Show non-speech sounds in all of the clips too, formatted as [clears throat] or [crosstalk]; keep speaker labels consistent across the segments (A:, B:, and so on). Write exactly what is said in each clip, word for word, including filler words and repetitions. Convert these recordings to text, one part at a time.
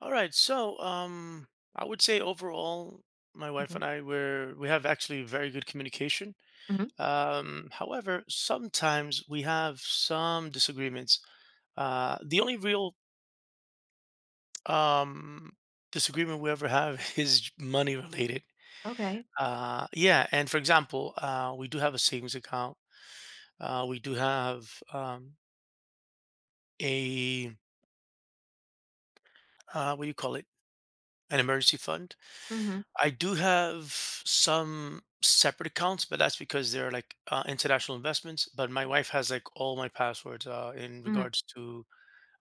A: All right. So, um, I would say overall, my wife
B: Mhm,
A: and I were we have actually very good communication.
B: mhm,
A: Um, however, sometimes we have some disagreements. Uh, the only real um disagreement we ever have [laughs] is money related.
B: okay.
A: Uh, yeah, and for example, uh, we do have a savings account. Uh, we do have um a uh, what do you call it? An emergency fund.
B: Mhm,
A: I do have some separate accounts, but that's because they're like uh, international investments. But my wife has like all my passwords uh, in
B: mhm,
A: regards to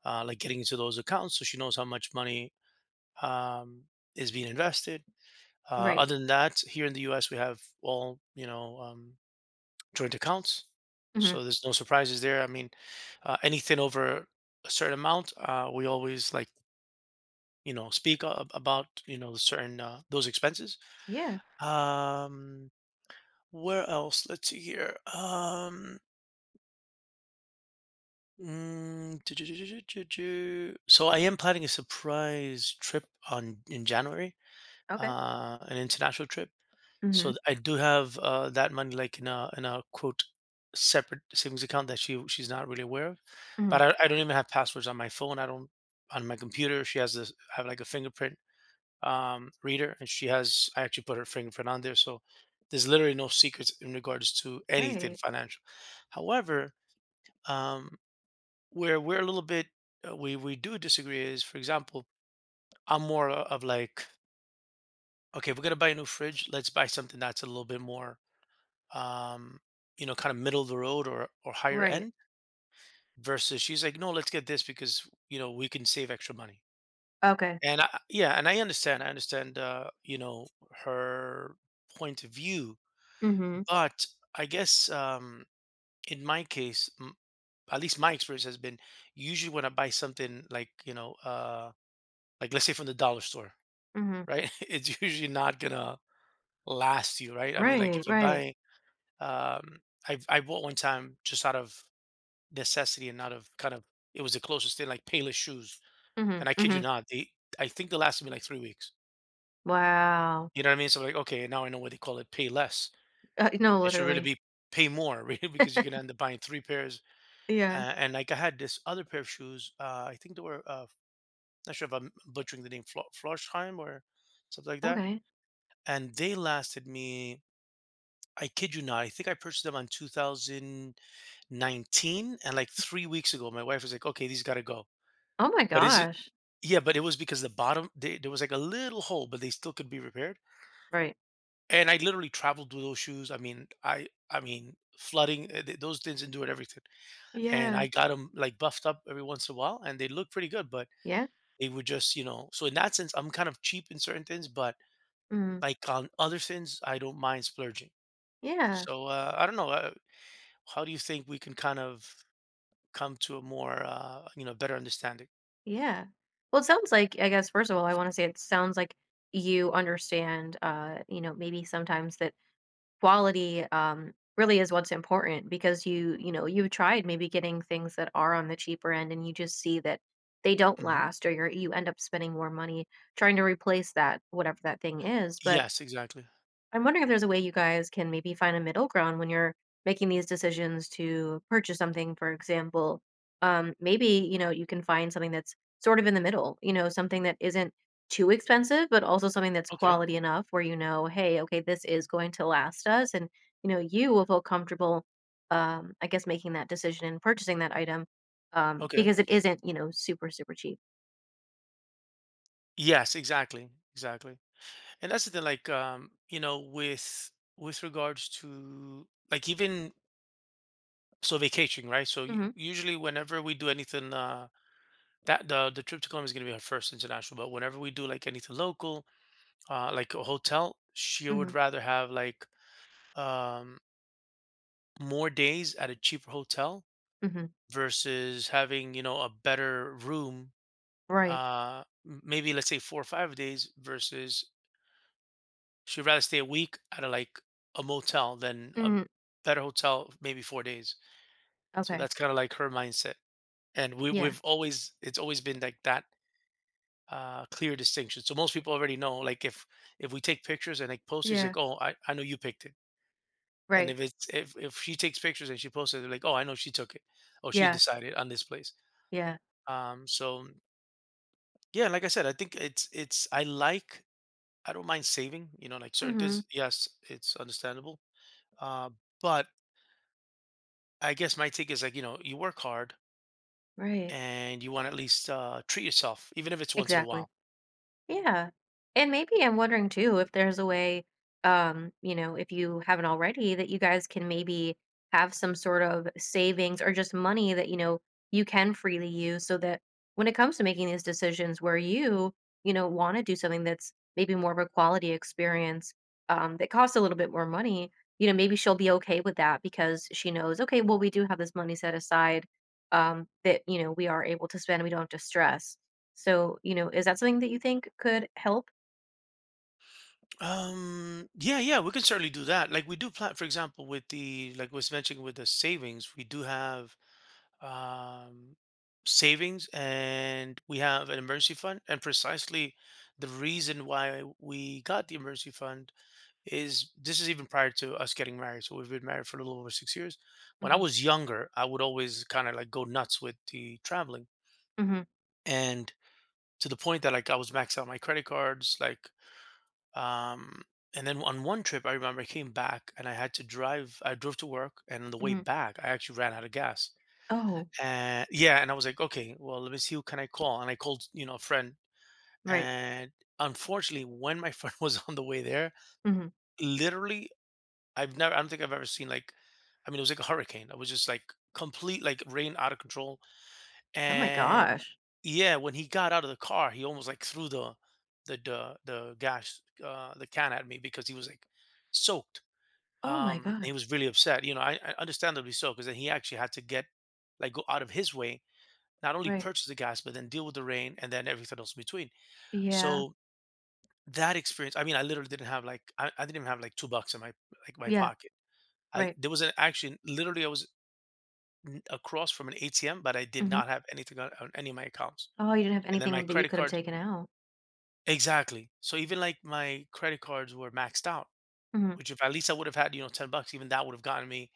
A: uh, like getting into those accounts, so she knows how much money um, is being invested. Uh,
B: right.
A: other than that, here in the U S, we have all you know um, joint accounts,
B: Mhm,
A: so there's no surprises there. I mean, uh, anything over a certain amount, uh, we always, like, you know speak a- about, you know certain, uh, those expenses.
B: yeah,
A: Um, Where else? Let's see here. Um, mm, do, do, do, do, do, do. So I am planning a surprise trip on in January,
B: okay.
A: uh, an international trip.
B: Mhm,
A: So th- I do have uh, that money, like, in a in a quote separate savings account that she she's not really aware of.
B: mhm,
A: But I, I don't even have passwords on my phone. I don't, on my computer. She has this, I have like a fingerprint um, reader, and she has. I actually put her fingerprint on there, so there's literally no secrets in regards to anything
B: right,
A: financial. However, um, where we're a little bit uh, we we do disagree is, for example, I'm more o- of like, okay, we're gonna buy a new fridge. Let's buy something that's a little bit more, um, you know, kind of middle of the road, or or higher
B: right,
A: end. Versus, she's like, no, let's get this because you know we can save extra money.
B: okay.
A: And I, yeah, and I understand. I understand Uh, you know her point of view.
B: Mhm,
A: But I guess, um, in my case, m- at least my experience has been, usually when I buy something like, you know, uh, like, let's say, from the dollar store,
B: mhm,
A: right? [laughs] it's usually not gonna last you, right? I mean, like,
B: right,
A: if you
B: right.
A: buy, um, I I bought one time, just out of necessity and out of, kind of, it was the closest thing, like Payless shoes,
B: Mhm,
A: and I kid you
B: mhm.
A: not, they I think they lasted me like three weeks.
B: Wow.
A: You know what I mean? So, like, okay, now I know what they call it, pay less.
B: Uh, no,
A: It should really
B: literally.
A: be pay more, [laughs] really, because you can end up buying three pairs.
B: Yeah,
A: Uh, and like, I had this other pair of shoes. Uh, I think they were, uh, not sure if I'm butchering the name, Flo- Florsheim, or something like that.
B: okay.
A: And they lasted me. I kid you not. I think I purchased them on two thousand nineteen, and like three weeks ago, my wife was like, "Okay, these got to go."
B: Oh my
A: But is it?
B: gosh.
A: Yeah, but it was because the bottom, they, there was like a little hole, but they still could be repaired.
B: Right.
A: And I literally traveled with those shoes. I mean, I I mean, flooding, uh, th- those things endured everything. And
B: Yeah,
A: I got them like buffed up every once in a while, and they look pretty good. But
B: yeah.
A: they would just, you know so in that sense, I'm kind of cheap in certain things, but,
B: Mm,
A: like, on other things, I don't mind splurging.
B: yeah,
A: So, uh, I don't know, uh, how do you think we can kind of come to a more, uh, you know, better understanding?
B: yeah. Well, it sounds like, I guess, first of all, I want to say it sounds like you understand, uh, you know, maybe sometimes that quality um, really is what's important, because you you know you have tried maybe getting things that are on the cheaper end, and you just see that they don't
A: Mhm.
B: last, or you're, you end up spending more money trying to replace that, whatever that thing is. But
A: Yes, exactly.
B: I'm wondering if there's a way you guys can maybe find a middle ground when you're making these decisions to purchase something, for example. Um, maybe, you know, you can find something that's sort of in the middle, you know, something that isn't too expensive, but also something that's
A: Okay,
B: quality enough where you know, hey, okay, this is going to last us. And, you know, you will feel comfortable, um, I guess, making that decision and purchasing that item, um,
A: okay.
B: because it isn't, you know, super, super cheap.
A: Yes, exactly, exactly. And that's the thing, like, um, you know, with with regards to, like, even, so, vacationing, right? So, u
B: Mm-hmm.
A: usually, whenever we do anything, uh, that the the trip to Colombia is gonna be our first international, but whenever we do, like, anything local, uh, like a hotel, she
B: Mm-hmm.
A: would rather have like um, more days at a cheaper hotel
B: Mm-hmm.
A: versus having you know a better room.
B: Right.
A: Uh, m- maybe let's say four or five days versus, she'd rather stay a week at a like a motel than a
B: Mm,
A: better hotel, maybe four days. So
B: okay.
A: that's kind of like her mindset, and we
B: Yeah.
A: we've always it's always been like that, uh clear distinction. So most people already know, like, if if we take pictures and like post, it's
B: Yeah.
A: like, "Oh, i i know you picked it." And
B: Right.
A: if it's if if she takes pictures and she posts it, they're like, "Oh, I know she took it. Oh, she
B: Yeah.
A: decided on this place."
B: Yeah.
A: Um, so yeah, like I said, I think, it's it's I like I don't mind saving, you know, like certain
B: Mhm.
A: things. Yes, it's understandable. Uh, but I guess my take is, like, you know you work hard,
B: Right.
A: and you want at least, uh, treat yourself, even if it's once in a
B: Exactly.
A: while.
B: Yeah. And maybe I'm wondering too if there's a way, um, you know, if you haven't already, that you guys can maybe have some sort of savings or just money that, you know, you can freely use, so that when it comes to making these decisions where you, you know, want to do something that's maybe more of a quality experience, um, that costs a little bit more money. You know, maybe she'll be okay with that, because she knows, okay, well, we do have this money set aside, um, that, you know, we are able to spend. We don't have to stress. So, you know, is that something that you think could help?
A: Um, yeah, yeah, we can certainly do that. Like, we do plan, for example, with the, like, was mentioning, with the savings, we do have, um, savings, and we have an emergency fund. And precisely the reason why we got the emergency fund is, this is even prior to us getting married. So we've been married for a little over six years. When I
B: Mhm.
A: was younger, I would always kind of like go nuts with the traveling,
B: Mhm.
A: and to the point that, like, I was maxed out my credit cards, like, um, and then on one trip, I remember I came back and I had to drive. I drove to work, and on the way
B: Mhm.
A: back, I actually ran out of gas.
B: Oh,
A: Uh, yeah, and I was like, okay, well, let me see, who can I call. And I called, you know, a friend.
B: right.
A: And unfortunately, when my [laughs] friend was on the way there,
B: Mhm.
A: literally, I've never, I don't think I've ever seen, like, I mean, it was like a hurricane. It was just like complete, like, rain out of control.
B: Oh my
A: And
B: gosh.
A: yeah, when he got out of the car, he almost like threw the the the, the gas, uh, the can at me, because he was like soaked.
B: Oh my
A: Um,
B: gosh.
A: he was really upset. You know, I, I understandably so, because then he actually had to get, like go out of his way, not only
B: Right.
A: purchase the gas, but then deal with the rain and then everything else in between.
B: Yeah.
A: So that experience, I mean, I literally didn't have like, I, I didn't even have like two bucks in my like my
B: Yeah.
A: pocket. I
B: Right.
A: there was an, actually, literally, I was, n- across from an A T M, but I did
B: Mhm.
A: not have anything on, on any of my accounts.
B: Oh, you didn't have
A: And then my
B: anything that you
A: credit
B: could have
A: card,
B: taken out.
A: exactly. So even like, my credit cards were maxed out,
B: Mhm.
A: which, if at least I would have had, you know ten bucks, even that would have gotten me,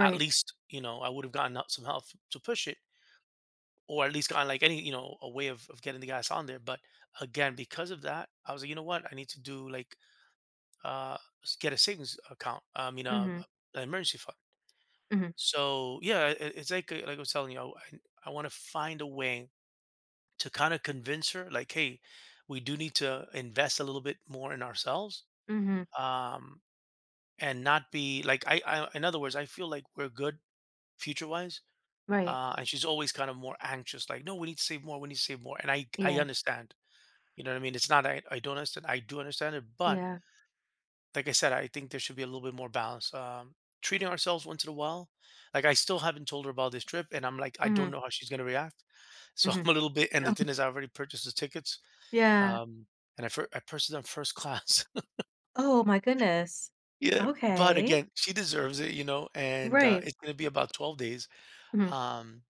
A: at least, you know I would have gotten out some help to push it, or at least, kind of like any, you know a way of, of getting the guys on there. But again, because of that, i was like, you know what, i need to do, like uh s- get a savings account. I mean, uh,
B: Mhm.
A: an emergency fund.
B: Mhm.
A: So yeah, it, it's like, uh, like i was telling you, i, I want to find a way to kind of convince her, like, hey, we do need to invest a little bit more in ourselves,
B: Mhm.
A: um and not be like, I, I in other words, i feel like we're good future wise.
B: Right.
A: Uh, and she's always kind of more anxious, like, no, we need to save more, we need to save more. And i i
B: Yeah.
A: understand. You know what I mean? It's not, I, I don't understand. I do understand it, but
B: Yeah.
A: like I said, I think there should be a little bit more balance. Um, treating ourselves once in a while. Like, I still haven't told her about this trip, and I'm like, I don't
B: Mhm.
A: know how she's gonna react. So [laughs]
B: Mhm.
A: I'm a little bit. And the
B: Oh,
A: thing is, I already purchased the tickets,
B: yeah.
A: um, and I fir- I purchased them first class.
B: Oh my goodness.
A: [laughs] yeah, but
B: Okay.
A: again, she deserves it, you know. And uh,
B: Right.
A: it's gonna be about twelve days.
B: Mhm.
A: Um,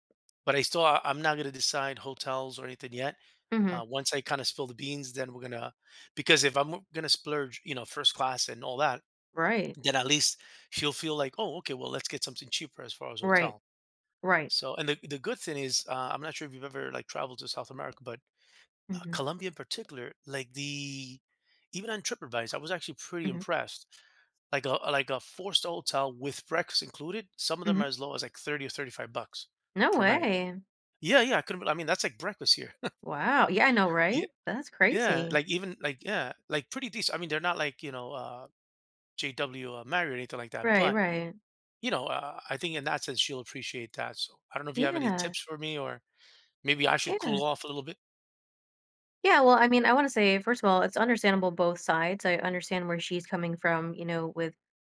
A: But I still, I- I'm not gonna decide hotels or anything yet.
B: Mhm.
A: Uh, once I kind of spill the beans, then we're gonna, because if I'm gonna splurge, you know, first class and all that,
B: Right.
A: then at least she'll feel like, oh, okay, well, let's get something cheaper as far as
B: Right.
A: hotel.
B: Right.
A: So, and the the good thing is, uh, I'm not sure if you've ever like traveled to South America, but uh,
B: Mhm.
A: Colombia in particular, like, the even on TripAdvisor, I was actually pretty
B: Mhm.
A: impressed, like a like a four star hotel with breakfast included. Some of them are
B: Mhm.
A: as low as like thirty or thirty five bucks
B: No
A: per night.
B: way.
A: Yeah, yeah, I couldn't bel I mean, that's like breakfast here.
B: Wow, yeah, I know,
A: [laughs] Ye
B: right? That's
A: Yeah,
B: crazy.
A: like, even like, yeah, like, pretty decent. I mean, they're not like, you know, uh, J W, uh, Marriott or anything like that,
B: Right,
A: but,
B: right.
A: you know, uh, I think in that sense, she'll appreciate that. So I don't know if you have any
B: Yeah,
A: tips for me, or maybe I should
B: yeah.
A: cool off a little bit?
B: Yeah, well, I mean, I want to say, first of all, it's understandable both sides. I understand where she's coming from, you know, with,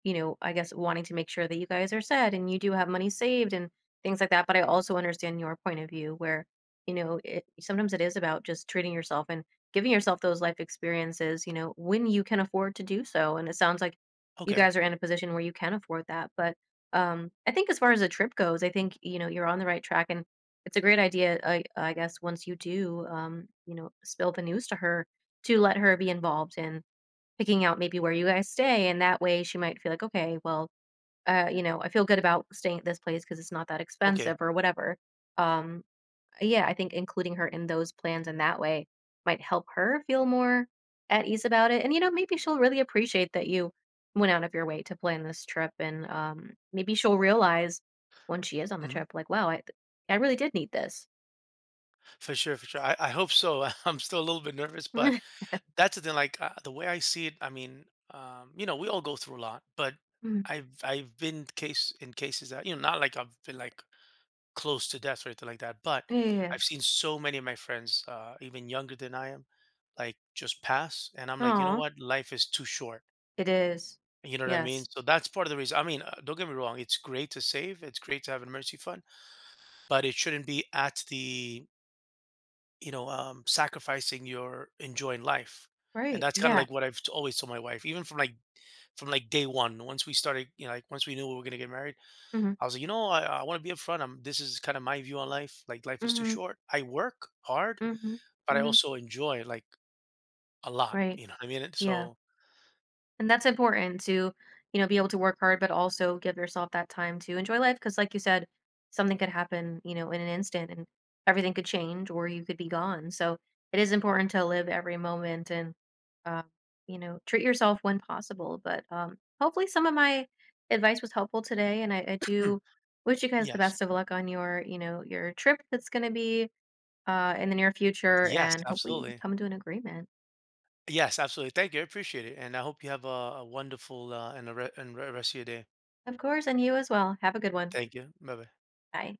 B: you know, I guess, wanting to make sure that you guys are set and you do have money saved and things like that. But I also understand your point of view where, you know, it, sometimes it is about just treating yourself and giving yourself those life experiences, you know, when you can afford to do so. And it sounds like you
A: Okay,
B: guys are in a position where you can afford that. But um, I think as far as the trip goes, I think, you know, you're on the right track. And it's a great idea. I I guess once you do, um, you know, spill the news to her, to let her be involved in picking out maybe where you guys stay, and that way she might feel like, "Okay, well, uh, you know, I feel good about staying at this place because it's not that
A: okay.
B: expensive," or whatever. Um, yeah, I think including her in those plans in that way might help her feel more at ease about it, and, you know, maybe she'll really appreciate that you went out of your way to plan this trip, and, um, maybe she'll realize, when she is on the
A: Mhm.
B: trip, like, "Wow, I I really did need this."
A: For sure, for sure. I I hope so. [laughs] I'm still a little bit nervous, but
B: Mhm. [laughs]
A: that's the thing, like, uh, the way I see it, I mean, um, you know, we all go through a lot, but
B: Yeah,
A: I've I've been case in cases that, you know, not like I've been like close to death or anything like that. But
B: yeah, yeah.
A: I've seen so many of my friends, uh, even younger than I am, like, just pass. And I'm like, you know what? Life is too short.
B: It is.
A: You know what I mean?
B: Yes.
A: So that's part of the reason. I mean, uh, don't get me wrong. It's great to save. It's great to have an emergency fund, but it shouldn't be at the, you know, um, sacrificing your enjoying life. And
B: Right.
A: that's kind of
B: Yeah.
A: like what I've, t- always told my wife, even from like from like day one. Once we started, you know, like, once we knew we were gonna get married,
B: Mhm.
A: I was like, you know, I, I want to be upfront. I'm, this is kind of my view on life. Like, life is too
B: Mhm.
A: short. I work hard,
B: Mhm.
A: but I
B: Mhm.
A: also enjoy, like, a lot.
B: Right.
A: You know what I mean? And
B: Yeah.
A: So,
B: And that's important, to, you know, be able to work hard, but also give yourself that time to enjoy life. Cause like you said, something could happen, you know, in an instant, and everything could change, or you could be gone. So it is important to live every moment, and, uh, you know, treat yourself when possible. But um, hopefully some of my advice was helpful today. And I, I do
A: [clears throat]
B: wish you guys the
A: yes,
B: best of luck on your, you know, your trip that's going to be uh, in the near future.
A: yes,
B: And hopefully you can
A: absolutely.
B: come to an agreement.
A: Yes, absolutely. Thank you. I appreciate it. And I hope you have a, a wonderful, uh, and a re- and re- rest of your day.
B: Of course. And you as well. Have a good one.
A: Thank you. Bye bye.
B: Bye.